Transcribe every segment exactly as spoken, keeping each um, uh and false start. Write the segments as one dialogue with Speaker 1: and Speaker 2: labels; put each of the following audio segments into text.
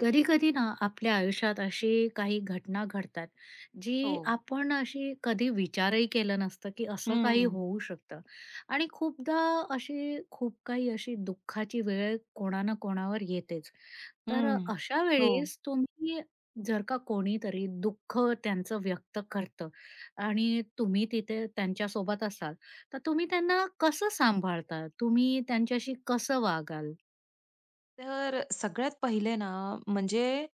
Speaker 1: कधी कधी ना आपल्या आयुष्यात अशी काही घटना घडतात,
Speaker 2: हो.
Speaker 1: जी आपण अशी कधी विचारही केलं नसतं की असं काही
Speaker 2: हं,
Speaker 1: होऊ शकतं. आणि खूपदा अशी खूप काही अशी दुःखाची वेळ कोणा ना कोणावर येतेच. तर
Speaker 2: हं.
Speaker 1: अशा
Speaker 2: हो.
Speaker 1: वेळेस तुम्ही, जर का कोणीतरी दुःख त्यांचं व्यक्त करतं आणि तुम्ही तिथे त्यांच्यासोबत असाल, तर तुम्ही त्यांना कसं सांभाळता, तुम्ही त्यांच्याशी कसं वागाल?
Speaker 2: तर सगळ्यात पहिले ना, म्हणजे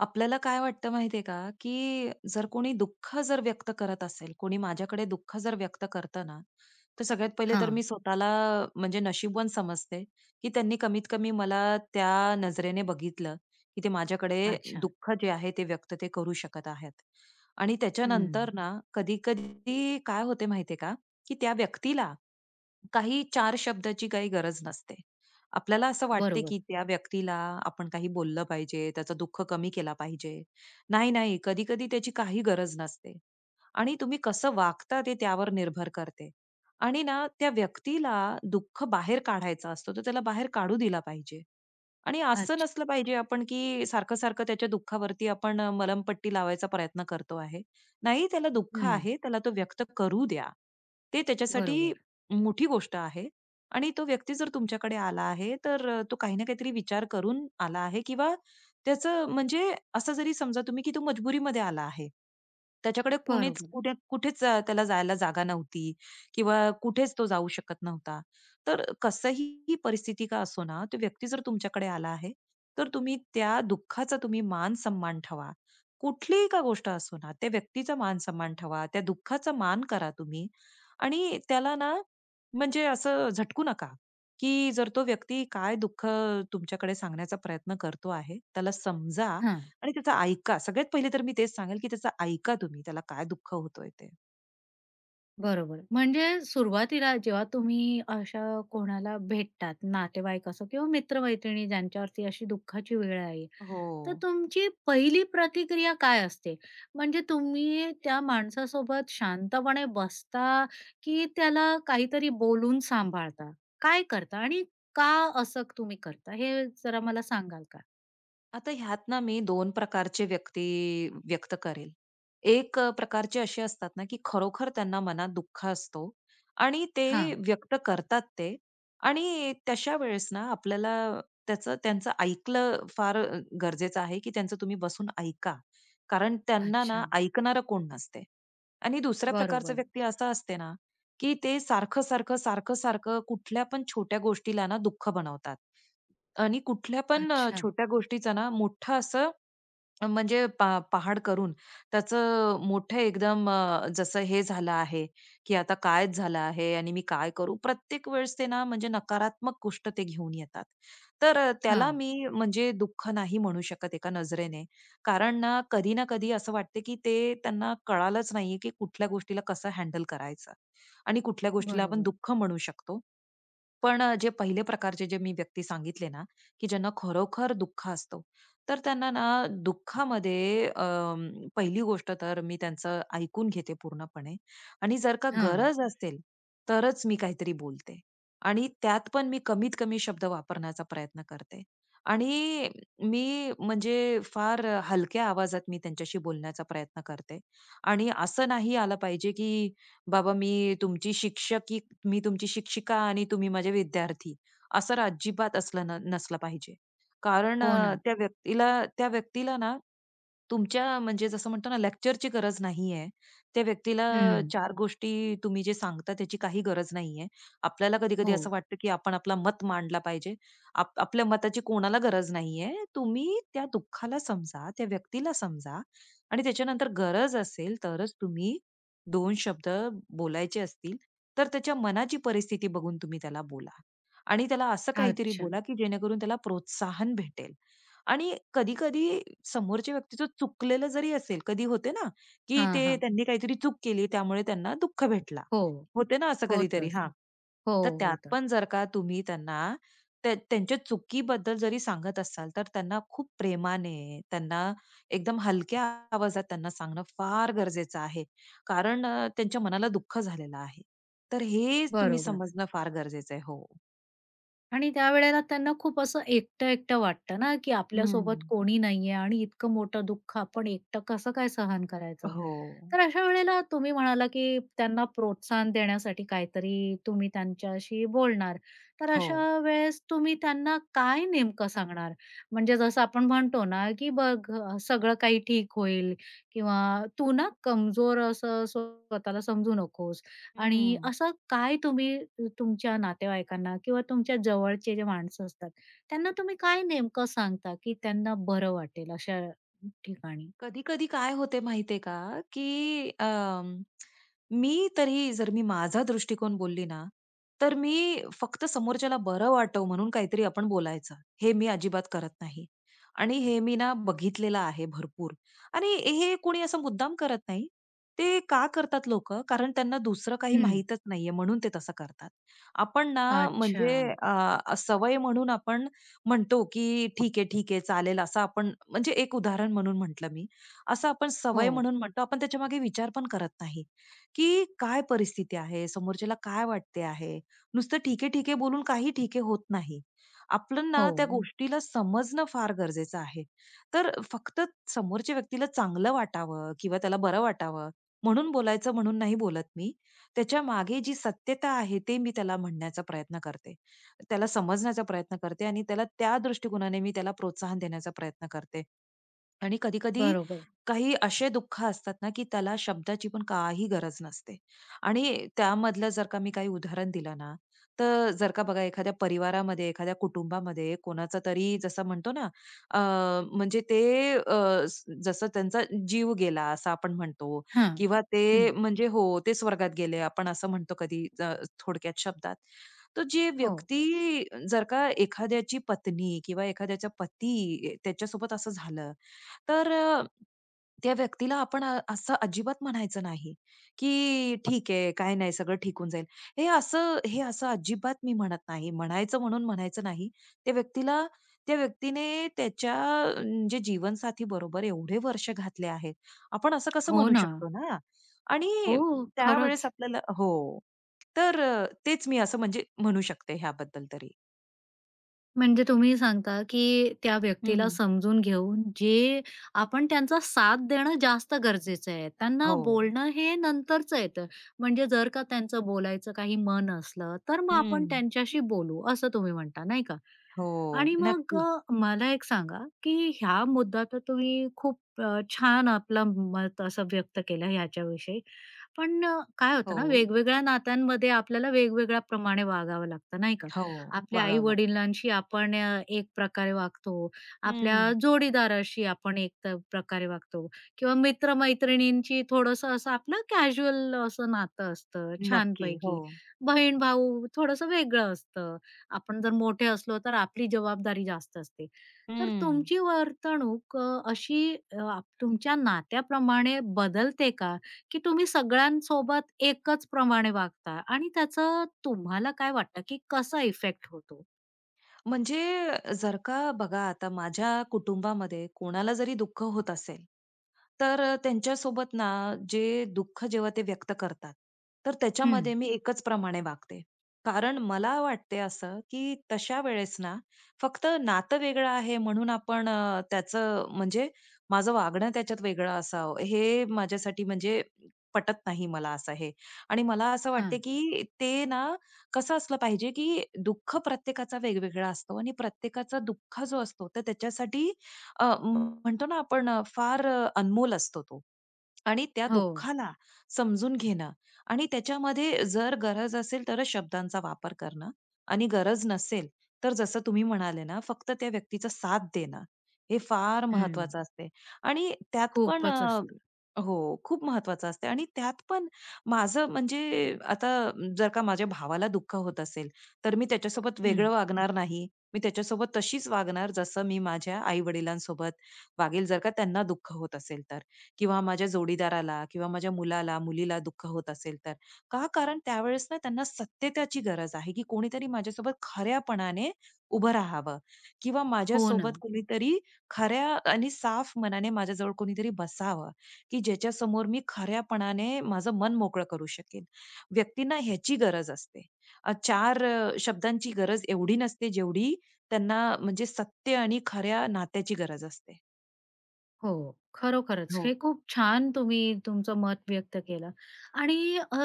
Speaker 2: आपल्याला काय वाटतं माहितीये का, की जर कोणी दुःख जर व्यक्त करत असेल, कोणी माझ्याकडे दुःख जर व्यक्त करतं ना, तर सगळ्यात पहिले तर
Speaker 1: हां.
Speaker 2: मी स्वतःला म्हणजे नशीबवान समजते, की त्यांनी कमीत कमी मला त्या नजरेने बघितलं, की ते माझ्याकडे
Speaker 1: अच्छा.
Speaker 2: दुःख जे आहे ते व्यक्त ते करू शकत आहेत. आणि त्याच्यानंतर
Speaker 1: हम्म.
Speaker 2: ना, कधी-कधी काय होते माहितीये का, की त्या व्यक्तीला काही चार शब्दाची काही गरज नसते. आपल्याला असं वाटते
Speaker 1: बरोबर.
Speaker 2: की त्या व्यक्तीला आपण काही बोललं पाहिजे, त्याचं दुःख कमी केला पाहिजे. नाही, नाही. कधी-कधी त्याची काही गरज नसते आणि तुम्ही कसं वागता ते त्यावर निर्भर करते. आणि ना त्या व्यक्तीला दुःख बाहेर काढायचा असतो, तर त्याला बाहेर काढू दिला पाहिजे. आणि असं
Speaker 1: अच्छा.
Speaker 2: नसलं पाहिजे आपण की सारखं-सारखं त्याच्या दुःखावरती आपण अ, मलमपट्टी लावायचा प्रयत्न करतो आहे. नाही त्याला दुःख
Speaker 1: हं.
Speaker 2: आहे, त्याला तो व्यक्त करू द्या. ते त्याच्यासाठी
Speaker 1: बरोबर,
Speaker 2: मोठी गोष्ट आहे आणि तो व्यक्ती जर तुमच्याकडे आला आहे, तर अ, तो काही ना काहीतरी विचार करून आला आहे किंवा त्याचं म्हणजे असं जरी समजा तुम्ही की तो मजबुरीमध्ये आला आहे. त्याच्याकडे कुणीच
Speaker 1: बरोबर.
Speaker 2: कुठे कुठेच अ, त्याला जायला जागा नव्हती किंवा कुठेच तो जाऊ शकत नव्हता. तर कसंही ही परिस्थिती का असो ना, तो व्यक्ती जर तुमच्याकडे आला आहे, तर तुम्ही त्या दुःखाचा तुम्ही मान-सन्मान ठेवा. कुठलीही का गोष्ट असो ना, त्या व्यक्तीचा मान-सन्मान ठेवा. त्या दुःखाचा मान करा तुम्ही आणि त्याला ना, म्हणजे असं झटकू नका, की जर तो व्यक्ती काय दुःख तुमच्याकडे सांगण्याचा प्रयत्न करतो आहे, त्याला समजा
Speaker 1: हां,
Speaker 2: आणि त्याचं ऐका. सगळ्यात पहिले तर मी तेच सांगेल, की त्याचं ऐका तुम्ही, त्याला काय दुःख होतोय ते.
Speaker 1: बरोबर. म्हणजे सुरुवातीला जेव्हा तुम्ही अशा कोणाला भेटतात, नातेवाईक असो किंवा मित्र-मैत्रिणी ज्यांच्यावरती अशी दुःखाची वेळ आहे,
Speaker 2: हो.
Speaker 1: तर तुमची पहिली प्रतिक्रिया काय असते? म्हणजे तुम्ही त्या माणसासोबत शांतपणे बसता, की त्याला काहीतरी बोलून सांभाळता? काय करता आणि का असं तुम्ही करता? हे जरा मला सांगाल का?
Speaker 2: आता ह्यात ना मी दोन प्रकारचे व्यक्ती व्यक्त करेल. एक अ, प्रकारचे असे असतात ना, की खरोखर त्यांना मनात दुःख असतो आणि ते
Speaker 1: हां.
Speaker 2: व्यक्त करतात ते आणि तशा वेळेस ना आपल्याला त्याचं त्यांचं ऐकलं फार अ, गरजेचं आहे, की त्यांचं तुम्ही बसून ऐका. कारण त्यांना ना
Speaker 1: अच्छा.
Speaker 2: ऐकणारं कोण नसते. आणि दुसऱ्या प्रकारचा
Speaker 1: बरोबर.
Speaker 2: व्यक्ती असा असते ना, की ते सारखं-सारखं, सारखं-सारखं कुठल्या पण छोट्या गोष्टीला ना दुःख बनवतात. आणि कुठल्या पण अ,
Speaker 1: अच्छा.
Speaker 2: छोट्या गोष्टीचा ना मोठं असं अ, म्हणजे पा पहाड करून त्याचं मोठं एकदम अ, जसं हे झालं आहे, की आता काय झालं आहे आणि मी काय करू? प्रत्येक वेळेस ते ना म्हणजे नकारात्मक गोष्ट ते घेऊन येतात. तर अ, त्याला
Speaker 1: हां.
Speaker 2: मी म्हणजे दुःख नाही म्हणू शकत एका नजरेने. कारण ना कधी ना कधी असं वाटतं, की ते त्यांना कळालंच नाहीये, की कुठल्या गोष्टीला कसं हँडल करायचं आणि कुठल्या गोष्टीला आपण
Speaker 1: बरोबर.
Speaker 2: दुःख म्हणू शकतो पण अ, जे पहिले प्रकारचे जे मी व्यक्ती सांगितले ना, की ज्यांना खरोखर दुःख असतो, तर त्यांना ना दुःखामध्ये अं, पहिली गोष्ट तर मी त्यांचं ऐकून घेते पूर्णपणे आणि जर का
Speaker 1: हां.
Speaker 2: गरज असेल, तरच मी काहीतरी बोलते आणि त्यात पण मी कमीत कमी शब्द वापरण्याचा प्रयत्न करते आणि मी म्हणजे फार हलक्या आवाजात मी त्यांच्याशी बोलण्याचा प्रयत्न करते आणि असं नाही आलं पाहिजे, की "बाबा मी तुमची शिक्षकी मी तुमची शिक्षिका आणि तुम्ही माझे विद्यार्थी." असं अजिबात असलं न नसलं पाहिजे. कारण
Speaker 1: हो
Speaker 2: अ,
Speaker 1: ना.
Speaker 2: त्या व्यक्तीला त्या व्यक्तीला ना, तुमच्या म्हणजे जसं म्हणतो ना लेक्चरची गरज नाहीये. त्या व्यक्तीला
Speaker 1: हं.
Speaker 2: चार गोष्टी तुम्ही जे सांगता त्याची काही गरज नाहीये. आपल्याला कधी-कधी
Speaker 1: हो.
Speaker 2: असं वाटतं, की आपण आपलं मत मांडला पाहिजे. आप आपल्या मताची कोणाला गरज नाहीये. तुम्ही त्या दुःखाला समजा, त्या व्यक्तीला समजा आणि त्याच्यानंतर गरज असेल तरच तुम्ही दोन शब्द बोलायचे असतील, तर त्याच्या मनाची परिस्थिती बघून तुम्ही त्याला बोला आणि त्याला असं काहीतरी
Speaker 1: अच्छा.
Speaker 2: बोला, की जेणेकरून त्याला प्रोत्साहन भेटेल. आणि कधी-कधी समोरच्या व्यक्तीचं चुकलेलं जरी असेल, कधी होते ना, की
Speaker 1: हां,
Speaker 2: ते
Speaker 1: हां.
Speaker 2: त्यांनी काहीतरी चूक केली त्यामुळे त्यांना दुःख भेटला.
Speaker 1: हो.
Speaker 2: होते ना असं
Speaker 1: होतं
Speaker 2: कधीतरी हां.
Speaker 1: असं. हो,
Speaker 2: तर त्यात
Speaker 1: होतं.
Speaker 2: पण जर का तुम्ही त्यांना त्या त्यांच्या चुकीबद्दल जरी सांगत असाल, तर त्यांना खूप प्रेमाने, त्यांना एकदम हलक्या आवाजात त्यांना सांगणं फार गरजेचं आहे. कारण अ, त्यांच्या मनाला दुःख झालेलं आहे. तर हे तुम्ही
Speaker 1: बरोबर.
Speaker 2: समजणं फार गरजेचं आहे. हो.
Speaker 1: आणि त्यावेळेला त्यांना खूप असं एकटं-एकटं वाटतं ना, की
Speaker 2: हं.
Speaker 1: आपल्यासोबत कोणी नाहीये आणि इतकं मोठं दुःख आपण एकटं कसं काय सहन करायचं?
Speaker 2: हो.
Speaker 1: तर अशा वेळेला तुम्ही म्हणाला, की त्यांना प्रोत्साहन देण्यासाठी काहीतरी तुम्ही त्यांच्याशी बोलणार. तर
Speaker 2: हो.
Speaker 1: अशा वेळेस तुम्ही त्यांना काय नेमकं सांगणार? म्हणजे जसं आपण म्हणतो ना, की "बघ अ, सगळं काही ठीक होईल" किंवा "तू ना कमजोर असं स्वतःला समजू नकोस." आणि
Speaker 2: हं.
Speaker 1: असं काय तुम्ही तुमच्या नातेवाईकांना किंवा तुमच्या जवळचे जे माणसं असतात, त्यांना तुम्ही काय नेमकं सांगता, की त्यांना बरं वाटेल अशा ठिकाणी?
Speaker 2: कधी-कधी काय होते माहितीये का, की अं, मी तरी जर मी माझा दृष्टिकोन बोलली ना, तर मी फक्त समोरच्याला बरं वाटव म्हणून काहीतरी आपण बोलायचं. हे मी अजिबात करत नाही. आणि हे मी ना बघितलेलं आहे भरपूर. आणि हे कोणी असं मुद्दाम करत नाही. ते का करतात लोकं? कारण त्यांना दुसरं काही
Speaker 1: हं.
Speaker 2: माहीतच नाहीये म्हणून ते तसं करतात. आपण ना
Speaker 1: अच्छा.
Speaker 2: म्हणजे अ, सवय म्हणून आपण म्हणतो, की ठीक आहे, ठीक आहे, चालेल असं आपण म्हणजे एक उदाहरण म्हणून म्हटलं मी. असं आपण सवय
Speaker 1: हो,
Speaker 2: म्हणून म्हणतो. आपण त्याच्यामागे विचार पण करत नाही, की काय परिस्थिती आहे, समोरच्याला काय वाटते आहे. नुसतं ठीक आहे, ठीक आहे बोलून काही ठीक आहे होत नाही. आपण ना
Speaker 1: हो.
Speaker 2: त्या गोष्टीला समजणं फार गरजेचं आहे. तर फक्त समोरच्या व्यक्तीला चांगलं वाटावं किंवा त्याला बरं वाटावं म्हणून बोलायचं म्हणून नाही बोलत मी. त्याच्यामागे जी सत्यता आहे ते मी त्याला म्हणण्याचा प्रयत्न करते. त्याला समजण्याचा प्रयत्न करते आणि त्याला त्या दृष्टिकोनाने मी त्याला प्रोत्साहन देण्याचा प्रयत्न करते. आणि कधी-कधी
Speaker 1: बरोबर.
Speaker 2: काही असे दुःख असतात ना, की त्याला शब्दाची पण काही गरज नसते. आणि त्यामधलं जर का मी काही उदाहरण दिलं ना, तर जर का बघा एखाद्या परिवारामध्ये, एखाद्या कुटुंबामध्ये कोणाचा तरी जसं म्हणतो ना, अ, म्हणजे ते अ, स जसं त्यांचा जीव गेला असं आपण म्हणतो
Speaker 1: हां.
Speaker 2: किंवा
Speaker 1: हं.
Speaker 2: ते म्हणजे हो, ते स्वर्गात गेले आपण असं म्हणतो कधी अ, थोडक्यात शब्दात. तर जी
Speaker 1: हो.
Speaker 2: व्यक्ती जर का एखाद्याची पत्नी किंवा एखाद्याचा पती त्याच्यासोबत असं झालं, तर अ, त्या व्यक्तीला आपण अ, असं अजिबात म्हणायचं नाही, की "ठीक आहे, काही नाही, सगळं ठीक होऊन जाईल." हे असं हे असं अजिबात मी म्हणत नाही. म्हणायचं म्हणून म्हणायचं नाही. त्या व्यक्तीला त्या व्यक्तीने त्याच्या अ, म्हणजे जीवनसाथी बरोबर एवढे वर्ष घातले आहेत. आपण असं कसं
Speaker 1: हो
Speaker 2: म्हणू
Speaker 1: ना.
Speaker 2: शकतो ना?
Speaker 1: हो,
Speaker 2: आणि त्यावेळेस
Speaker 1: खरंच.
Speaker 2: आपल्याला हो. तर अ, तेच मी असं म्हणजे म्हणू शकते ह्याबद्दल तरी.
Speaker 1: म्हणजे तुम्ही सांगता, की त्या व्यक्तीला
Speaker 2: हं.
Speaker 1: समजून घेऊन जे आपण त्यांचा साथ देणं जास्त गरजेचं आहे. त्यांना
Speaker 2: हो.
Speaker 1: बोलणं हे नंतरचं येतं. म्हणजे जर का त्यांचं बोलायचं काही मन असलं, तर मग
Speaker 2: हं.
Speaker 1: आपण त्यांच्याशी बोलू, असं तुम्ही म्हणता, नाही का?
Speaker 2: हो.
Speaker 1: आणि मग
Speaker 2: नक्की.
Speaker 1: अ, मला एक सांगा, की ह्या मुद्दा तर तुम्ही खूप अ, छान आपला मत असं व्यक्त केलं ह्याच्याविषयी. पण अ, काय होतं ना,
Speaker 2: हो.
Speaker 1: वेगवेगळ्या नात्यांमध्ये आपल्याला वेगवेगळ्या प्रमाणे वागावं लागतं, नाही का?
Speaker 2: हो,
Speaker 1: आपल्या
Speaker 2: वागावं लागतं.
Speaker 1: आई-वडिलांशी आपण अ, एक प्रकारे वागतो, आपल्या
Speaker 2: हं.
Speaker 1: जोडीदाराशी आपण एक त प्रकारे वागतो, किंवा मित्र थोडंसं असं आपलं कॅज्युअल असं नातं असतं
Speaker 2: नक्की. हो.
Speaker 1: छानपैकी. बहीण-भाऊ थोडंसं वेगळं असतं. आपण जर मोठे असलो तर आपली जबाबदारी जास्त असते. तर
Speaker 2: हं.
Speaker 1: तुमची वर्तणूक अ, अशी अ, आप तुमच्या नात्याप्रमाणे बदलते का? की तुम्ही सगळ्यांसोबत एकच प्रमाणे वागता आणि त्याचं तुम्हाला काय वाटतं की कसा इफेक्ट होतो?
Speaker 2: म्हणजे जर का बघा आता माझ्या कुटुंबामध्ये कोणाला जरी दुःख होत असेल, तर अ, त्यांच्यासोबत ना जे दुःख जेव्हा ते व्यक्त करतात, तर
Speaker 1: हं,
Speaker 2: त्याच्यामध्ये मी एकच प्रमाणे वागते. कारण मला वाटते असं, की तशा वेळेस ना फक्त नातं वेगळं आहे म्हणून आपण अ, त्याचं म्हणजे माझं वागणं त्याच्यात वेगळं असावं, हे माझ्यासाठी म्हणजे पटत नाही मला असं हे. आणि मला असं
Speaker 1: हां.
Speaker 2: वाटते, की ते ना कसं असलं पाहिजे, की दुःख प्रत्येकाचा वेगवेगळा असतो आणि प्रत्येकाचा दुःख जो असतो, तर त्याच्यासाठी अ, म्हणतो ना आपण अ, फार अ, अनमोल असतो तो. आणि त्या
Speaker 1: हो.
Speaker 2: दुःखाला समजून घेणं आणि त्याच्यामध्ये जर गरज असेल तरच शब्दांचा वापर करणं आणि गरज नसेल तर जसं तुम्ही म्हणाले ना फक्त त्या व्यक्तीचा साथ देणं हे फार
Speaker 1: हं.
Speaker 2: महत्वाचं असते आणि त्यात पण
Speaker 1: खूपच
Speaker 2: अ,
Speaker 1: असतं.
Speaker 2: हो खूप महत्वाचं असते आणि त्यात पण माझं म्हणजे आता जर का माझ्या भावाला दुःख होत असेल तर मी त्याच्यासोबत
Speaker 1: हं.
Speaker 2: वेगळं वागणार नाही मी त्याच्यासोबत तशीच वागणार जसं मी माझ्या आई वडिलांसोबत वागेल जर का त्यांना दुःख होत असेल तर किंवा माझ्या जोडीदाराला किंवा माझ्या मुलाला, मुलीला दुःख होत असेल तर. का? कारण त्यावेळेस ना त्यांना सत्यतेची गरज आहे, की कोणीतरी माझ्यासोबत खऱ्यापणाने उभं राहावं किंवा
Speaker 1: हो ना.
Speaker 2: माझ्यासोबत कोणीतरी खऱ्या आणि साफ मनाने माझ्याजवळ कोणीतरी बसावं, की ज्याच्यासमोर मी खऱ्यापणाने माझं मन मोकळं करू शकेन. व्यक्तींना ह्याची गरज असते. अ, चार अ, शब्दांची गरज एवढी नसते, जेवढी त्यांना म्हणजे सत्य आणि खऱ्या नात्याची गरज असते.
Speaker 1: हो, खरोखरच.
Speaker 2: हो.
Speaker 1: हे खूप छान तुम्ही तुमचं मत व्यक्त केलं. आणि अ,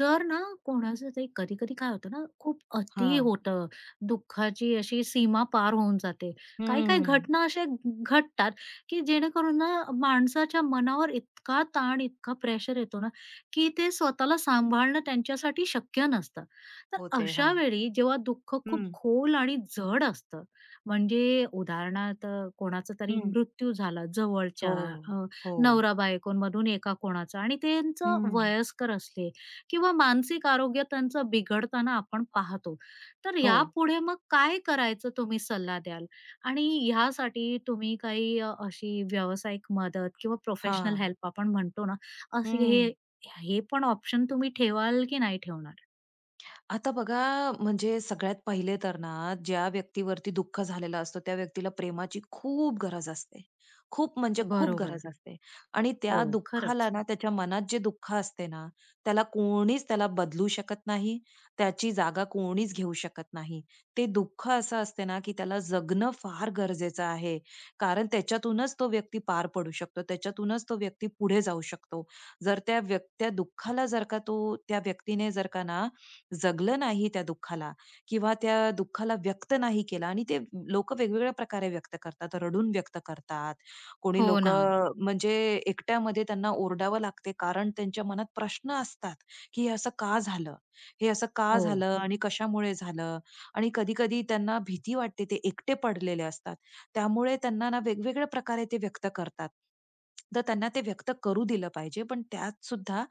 Speaker 1: जर ना कोणाचं ते कधी-कधी काय होतं ना, खूप अति
Speaker 2: हां.
Speaker 1: होतं, दुःखाची अशी सीमा पार होऊन जाते. काही-काही
Speaker 2: हं.
Speaker 1: घटना अशा घडतात, की जेणेकरून ना माणसाच्या मनावर इतका ताण, इतका प्रेशर येतो ना, की ते स्वतःला सांभाळणं त्यांच्यासाठी शक्य नसतं. तर
Speaker 2: होते. हां.
Speaker 1: अशा वेळी जेव्हा दुःख खूप
Speaker 2: हं,
Speaker 1: खोल आणि जड असतं, म्हणजे उदाहरणार्थ कोणाचा तरी
Speaker 2: हं.
Speaker 1: मृत्यू झाला
Speaker 2: हो,
Speaker 1: जवळच्या,
Speaker 2: हो.
Speaker 1: अ,
Speaker 2: हो.
Speaker 1: नवरा-बायकोंमधून एका कोणाचा, आणि त्यांचं वयस्कर असले किंवा मानसिक आरोग्य त्यांचं बिघडताना आपण पाहतो. तर
Speaker 2: हो.
Speaker 1: यापुढे मग काय करायचं तुम्ही सल्ला द्याल? आणि ह्यासाठी तुम्ही काही अ, अशी व्यावसायिक मदत किंवा प्रोफेशनल
Speaker 2: हां.
Speaker 1: हेल्प आपण म्हणतो ना, असे हे,
Speaker 2: हं.
Speaker 1: हे पण ऑप्शन तुम्ही ठेवाल की नाही ठेवणार?
Speaker 2: आता बघा, म्हणजे सगळ्यात पहिले तर ना, ज्या व्यक्तीवरती दुःख झालेलं असतं, त्या व्यक्तीला प्रेमाची खूप गरज असते. खूप म्हणजे खूप
Speaker 1: बरोबर.
Speaker 2: गरज असते आणि
Speaker 1: हो.
Speaker 2: त्या दुःखाला
Speaker 1: खरंच.
Speaker 2: ना, त्याच्या मनात जे दुःख असते ना, त्याला कोणीच त्याला बदलू शकत नाही. त्याची जागा कोणीच घेऊ शकत नाही. ते दुःख असं असते ना, की त्याला जगणं फार गरजेचं आहे. कारण त्याच्यातूनच तो व्यक्ती पार पडू शकतो. त्याच्यातूनच तो व्यक्ती पुढे जाऊ शकतो. जर त्या व्यक्ती त्या दुःखाला जर का तो त्या व्यक्तीने जर का ना, जगलं नाही त्या दुःखाला किंवा त्या दुःखाला व्यक्त नाही केलं आणि ते लोक वेगवेगळ्या प्रकारे व्यक्त करतात. रडून व्यक्त करतात. कोणी
Speaker 1: हो
Speaker 2: लोक
Speaker 1: ना.
Speaker 2: म्हणजे एकट्यामध्ये त्यांना ओरडावं लागते कारण त्यांच्या मनात प्रश्न असतात, की हे असं का झालं? हे असं का
Speaker 1: हो.
Speaker 2: झालं आणि कशामुळे झालं? आणि कधी-कधी त्यांना भीती वाटते. ते एकटे पडलेले असतात. त्यामुळे त्यांना ना वेगवेगळ्या प्रकारे ते व्यक्त करतात. तर त्यांना ते व्यक्त करू दिलं पाहिजे. पण त्यात सुद्धा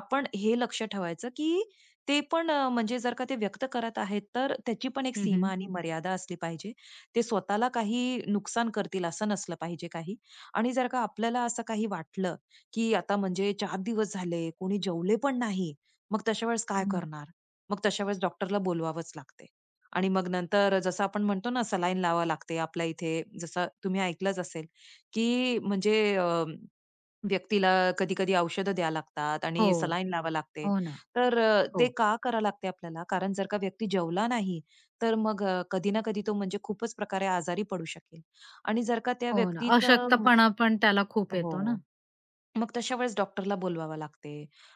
Speaker 2: आपण हे लक्ष ठेवायचं, की ते पण अ, म्हणजे जर का ते व्यक्त करत आहेत, तर त्याची पण एक
Speaker 1: हं,
Speaker 2: सीमा
Speaker 1: हं.
Speaker 2: आणि मर्यादा असली पाहिजे. ते स्वतःला काही नुकसान करतील असं नसलं पाहिजे काही. आणि जर का आपल्याला असं काही वाटलं, की आता म्हणजे चार दिवस झाले, कोणी जेवले पण नाही, मग तशा वेळेस काय
Speaker 1: हं.
Speaker 2: करणार? मग तशा वेळेस डॉक्टरला बोलवावंच लागते. आणि मग नंतर जसं आपण म्हणतो ना, सलाईन लावावी लागते आपल्या इथे. जसं तुम्ही ऐकलंच असेल, की म्हणजे व्यक्तीला कधी-कधी औषधं द्यावी लागतात आणि
Speaker 1: हो,
Speaker 2: सलाईन लावावी लागते.
Speaker 1: हो ना.
Speaker 2: तर अ,
Speaker 1: हो,
Speaker 2: ते का करावं लागते आपल्याला? कारण जर का व्यक्ती जेवला नाही, तर मग अ, कधी ना कधी तो म्हणजे खूपच प्रकारे आजारी पडू शकेल आणि जर का त्या
Speaker 1: हो ना.
Speaker 2: व्यक्तीचं
Speaker 1: अशक्तपणा पण त्याला खूप येतो ना.
Speaker 2: हो. मग तशा वेळेस डॉक्टरला बोलवावं लागते.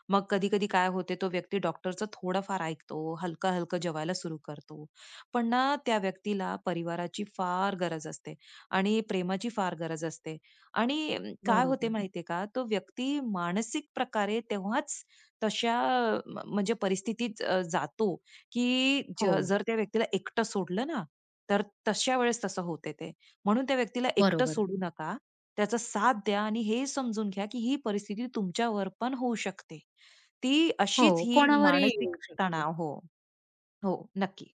Speaker 2: मग कधी-कधी काय होते, तो व्यक्ती डॉक्टरचं थोडंफार ऐकतो, हलकं-हलकं जेवायला सुरू करतो. पण ना त्या व्यक्तीला परिवाराची फार गरज असते आणि प्रेमाची फार गरज असते आणि अं, काय होते
Speaker 1: बरोबर.
Speaker 2: माहितीये का, तो व्यक्ती मानसिक प्रकारे तेव्हाच तशा म म्हणजे परिस्थितीत अ, जातो, की
Speaker 1: हो,
Speaker 2: ज जर त्या व्यक्तीला एकटं सोडलं ना, तर तशा वेळेस तसं होते ते. म्हणून त्या व्यक्तीला एकटं
Speaker 1: बरोबर.
Speaker 2: सोडू नका. त्याचा साथ द्या आणि हे समजून घ्या, की ही परिस्थिती तुमच्यावर पण होऊ शकते. ती
Speaker 1: हो,
Speaker 2: अशीच ही
Speaker 1: कोणावरही
Speaker 2: मानसिक
Speaker 1: येऊ शकते.
Speaker 2: तणाव हो, हो, नक्की.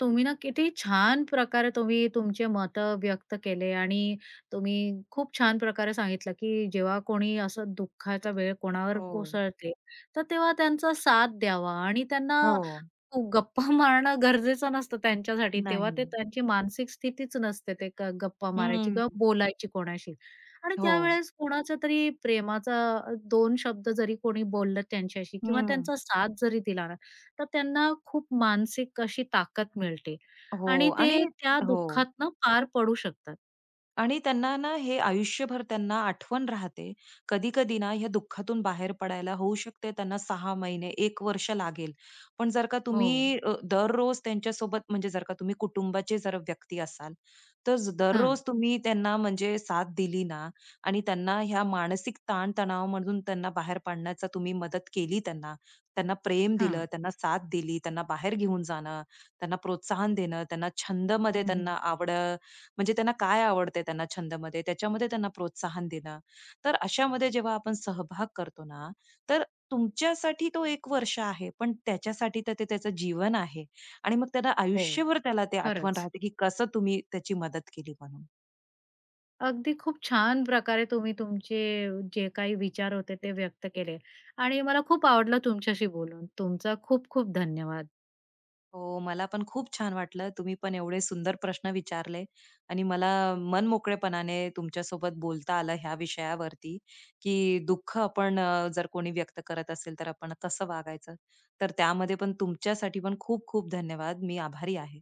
Speaker 1: तुम्ही ना किती छान प्रकारे तुम्ही तुमचे मतं व्यक्त केले आणि तुम्ही खूप छान प्रकारे सांगितलं, की जेव्हा कोणी असं दुःखाचा वेळ कोणावर
Speaker 2: हो,
Speaker 1: कोसळते, तर तेव्हा त्यांचा साथ द्यावा आणि त्यांना,
Speaker 2: हो.
Speaker 1: हो, गप्पा मारणं गरजेचं नसतं त्यांच्यासाठी. तेव्हा
Speaker 2: नाही.
Speaker 1: ते त्यांची मानसिक स्थितीच नसते ते ग गप्पा मारायची
Speaker 2: हं.
Speaker 1: किंवा बोलायची कोणाशी. आणि
Speaker 2: हो.
Speaker 1: त्यावेळेस कोणाचा तरी प्रेमाचा अ, दोन शब्द जरी कोणी बोललं त्यांच्याशी किंवा
Speaker 2: हं.
Speaker 1: त्यांचा साथ जरी दिला ना, तर त्यांना खूप मानसिक अशी ताकद मिळते
Speaker 2: हो
Speaker 1: आणि ते
Speaker 2: आणि
Speaker 1: त्या
Speaker 2: हो.
Speaker 1: दुःखातनं पार पडू शकतात.
Speaker 2: आणि त्यांना ना हे आयुष्यभर त्यांना आठवण राहते. कधी-कधी ना ह्या दुःखातून बाहेर पडायला होऊ शकते त्यांना सहा महिने, एक वर्ष लागेल. पण जर का
Speaker 1: हो.
Speaker 2: तुम्ही अ, दररोज त्यांच्यासोबत म्हणजे जर का तुम्ही कुटुंबाचे जर व्यक्ती असाल, तर ज-
Speaker 1: हां,
Speaker 2: दररोज तुम्ही त्यांना म्हणजे साथ दिली ना आणि त्यांना ह्या मानसिक ताण त्यांना बाहेर पाडण्याचा तुम्ही मदत केली त्यांना, त्यांना प्रेम दिलं,
Speaker 1: हां.
Speaker 2: त्यांना साथ दिली, त्यांना बाहेर घेऊन जाणं, त्यांना प्रोत्साहन देणं, त्यांना छंदमध्ये
Speaker 1: हं, हं.
Speaker 2: त्यांना आवड म्हणजे त्यांना काय आवडते त्यांना छंदमध्ये, त्याच्यामध्ये त्यांना प्रोत्साहन देणं. तर अशामध्ये जेव्हा आपण सहभाग करतो ना, तर तुमच्यासाठी तो एक वर्ष आहे, पण त्याच्यासाठी तर ते त्याचं जीवन आहे आणि मग त्याला
Speaker 1: हो,
Speaker 2: आयुष्यभर त्याला ते आठवण
Speaker 1: खरंच.
Speaker 2: राहते, की कसं तुम्ही त्याची मदत केली म्हणून.
Speaker 1: अगदी खूप छान प्रकारे तुम्ही तुमचे जे काही विचार होते ते व्यक्त केले आणि मला खूप आवडलं तुमच्याशी बोलून. तुमचा खूप खूप धन्यवाद.
Speaker 2: हो, मला पण खूप छान वाटलं. तुम्ही पण एवढे सुंदर प्रश्न विचारले आणि मला मनमोकळेपणाने तुमच्यासोबत बोलता आलं ह्या विषयावरती, की दुःख आपण अ, जर कोणी व्यक्त करत असेल, तर आपण कसं वागायचं. तर त्यामध्ये पण तुमच्यासाठी पण खूप खूप धन्यवाद. मी आभारी आहे.